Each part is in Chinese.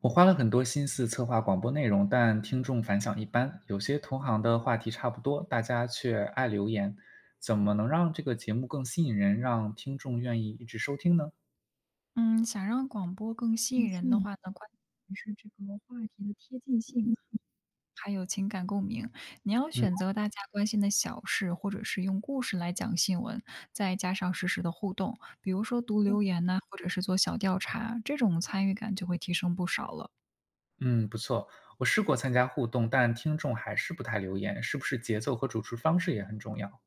我花了很多心思策划广播内容，但听众反响一般。有些同行的话题差不多，大家却爱留言。怎么能让这个节目更吸引人，让听众愿意一直收听呢？嗯，想让广播更吸引人的话呢，关键是这个话题的贴近性，还有情感共鸣。你要嗯选择大家关心的小事，或者是用故事来讲新闻，再加上实时的互动，比如说读留言呐、或者是做小调查，这种参与感就会提升不少了。嗯，不错。我试过参加互动，但听众还是不太留言。是不是节奏和主持方式也很重要？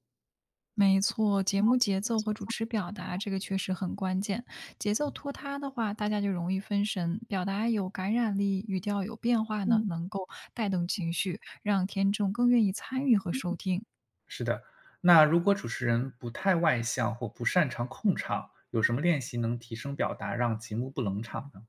没错，节目节奏和主持表达这个确实很关键。节奏拖沓的话，大家就容易分神；表达有感染力，语调有变化呢，能够带动情绪，让听众更愿意参与和收听。是的。那如果主持人不太外向或不擅长控场，有什么练习能提升表达，让节目不冷场呢？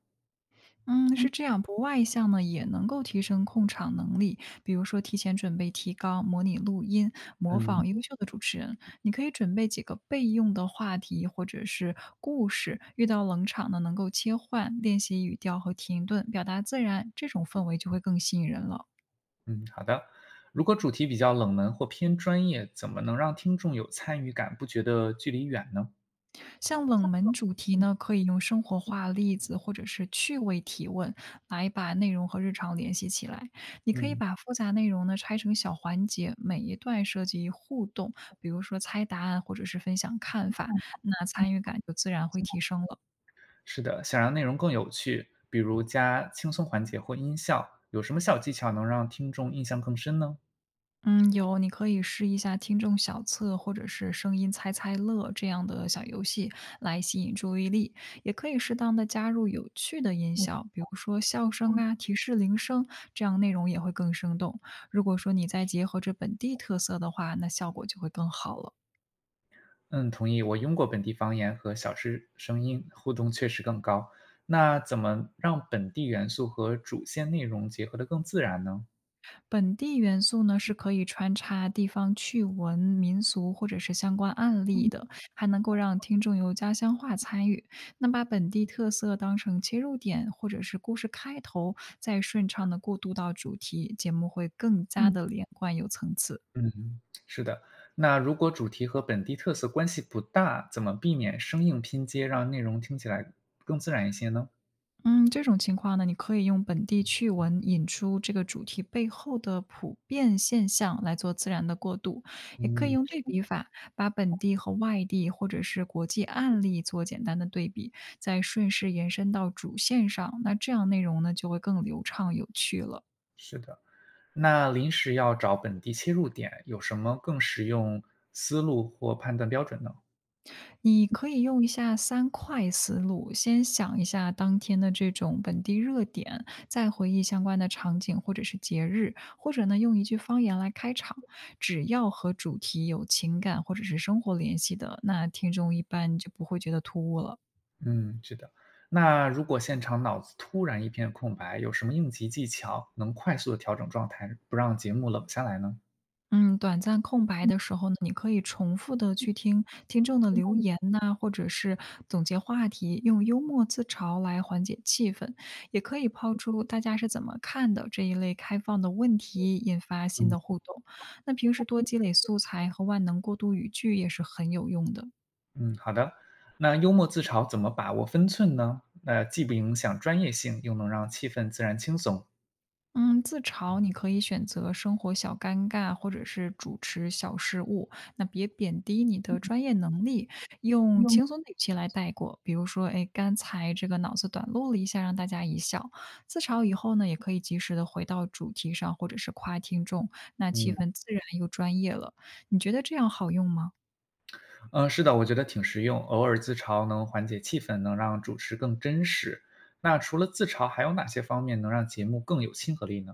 嗯，是这样，不外向呢也能够提升控场能力，比如说提前准备提纲、模拟录音、模嗯。仿优秀的主持人。你可以准备几个备用的话题或者是故事，遇到冷场呢能够切换，练习语调和停顿，表达自然，这种氛围就会更吸引人了。嗯，好的。如果主题比较冷门或偏专业，怎么能让听众有参与感，不觉得距离远呢？像冷门主题呢，可以用生活化例子或者是趣味提问来把内容和日常联系起来。你可以嗯，把复杂内容呢拆成小环节，每一段设计互动，比如说猜答案或者是分享看法，那参与感就自然会提升了。是的，想让内容更有趣，比如加轻松环节或音效，有什么小技巧能让听众印象更深呢？嗯，有，你可以试一下听众小测或者是声音猜猜乐这样的小游戏来吸引注意力，也可以适当的加入有趣的音效，比如说笑声啊、提示铃声，这样内容也会更生动。如果说你再结合着本地特色的话，那效果就会更好了。嗯，同意。我用过本地方言和小吃声音，互动确实更高。那怎么让本地元素和主线内容结合得更自然呢？本地元素呢，是可以穿插地方趣闻、民俗或者是相关案例的，还能够让听众由家乡话参与。那把本地特色当成切入点，或者是故事开头，再顺畅的过渡到主题，节目会更加的连贯有层次。嗯，是的。那如果主题和本地特色关系不大，怎么避免生硬拼接，让内容听起来更自然一些呢？嗯，这种情况呢，你可以用本地趣闻引出这个主题背后的普遍现象来做自然的过渡，也可以嗯，用对比法，把本地和外地或者是国际案例做简单的对比，再顺势延伸到主线上，那这样内容呢就会更流畅有趣了。是的。那临时要找本地切入点，有什么更实用思路或判断标准呢？你可以用一下三快思路，先想一下当天的这种本地热点，再回忆相关的场景或者是节日，或者呢用一句方言来开场。只要和主题有情感或者是生活联系的，那听众一般就不会觉得突兀了。嗯，是的。那如果现场脑子突然一片空白，有什么应急技巧能快速的调整状态，不让节目冷下来呢？嗯，短暂空白的时候呢，你可以重复的去听听众的留言呐，或者是总结话题，用幽默自嘲来缓解气氛，也可以抛出大家是怎么看的这一类开放的问题，引发新嗯。的互动。那平时多积累素材和万能过渡语句也是很有用的。嗯，好的。那幽默自嘲怎么把握分寸呢？那既不影响专业性，又能让气氛自然轻松。嗯，自嘲你可以选择生活小尴尬，或者是主持小失误，那别贬低你的专业能力，用轻松的语气来带过。比如说，哎，刚才这个脑子短路了一下，让大家一笑。自嘲以后呢，也可以及时的回到主题上，或者是夸听众，那气嗯氛自然又专业了。你觉得这样好用吗？嗯，是的，我觉得挺实用。偶尔自嘲能缓解气氛，能让主持更真实。那除了自嘲，还有哪些方面能让节目更有亲和力呢？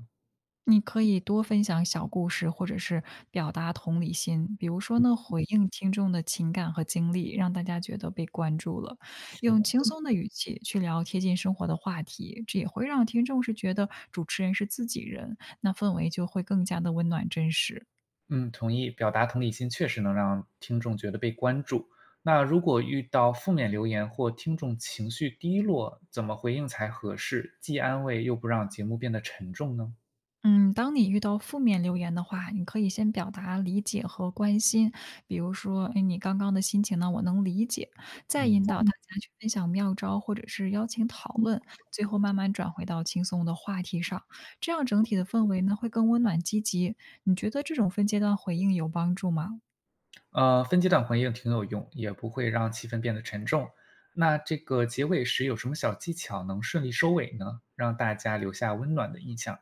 你可以多分享小故事，或者是表达同理心。比如说呢，回应听众的情感和经历，让大家觉得被关注了。是用的，轻松的语气去聊贴近生活的话题，这也会让听众是觉得主持人是自己人，那氛围就会更加的温暖真实。嗯，同意。表达同理心确实能让听众觉得被关注。那如果遇到负面留言或听众情绪低落，怎么回应才合适，既安慰又不让节目变得沉重呢？嗯，当你遇到负面留言的话，你可以先表达理解和关心，比如说，哎，你刚刚的心情呢，我能理解，再引导大嗯。家去分享妙招，或者是邀请讨论，最后慢慢转回到轻松的话题上，这样整体的氛围呢会更温暖积极。你觉得这种分阶段回应有帮助吗？分阶段回应挺有用，也不会让气氛变得沉重。那这个结尾时有什么小技巧能顺利收尾呢？让大家留下温暖的印象。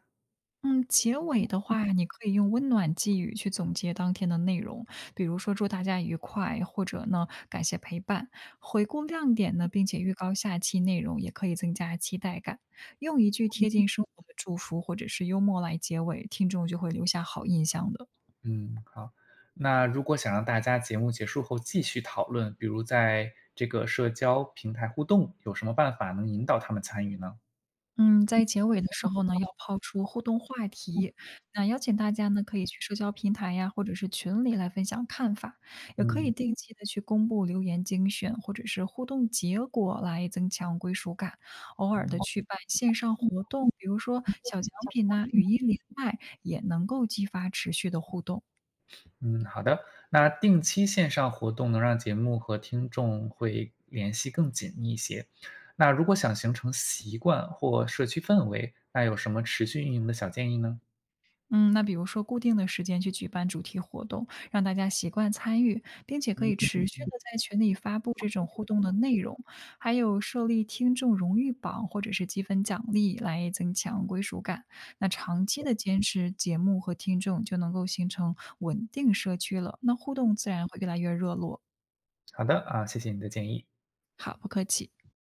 嗯，结尾的话，你可以用温暖寄语去总结当天的内容，比如说祝大家愉快，或者呢感谢陪伴。回顾亮点呢，并且预告下期内容，也可以增加期待感。用一句贴近生活的祝福或者是幽默来结尾，听众就会留下好印象的。嗯，好。那如果想让大家节目结束后继续讨论，比如在这个社交平台互动，有什么办法能引导他们参与呢？嗯，在结尾的时候呢，要抛出互动话题，那邀请大家呢，可以去社交平台呀，或者是群里来分享看法，也可以嗯。定期的去公布留言精选或者是互动结果来增强归属感。偶尔的去办线上活动，比如说小奖品呐、语音连麦，也能够激发持续的互动。嗯，好的。那定期线上活动能让节目和听众会联系更紧密一些。那如果想形成习惯或社区氛围，那有什么持续运营的小建议呢？嗯，那比如说固定的时间去举办主题活动，让大家习惯参与，并且可以持续的在群里发布这种互动的内容，还有设立听众荣誉榜或者是积分奖励来增强归属感。那长期的坚持，节目和听众就能够形成稳定社区了，那互动自然会越来越热络。好的啊，谢谢你的建议。好，不客气。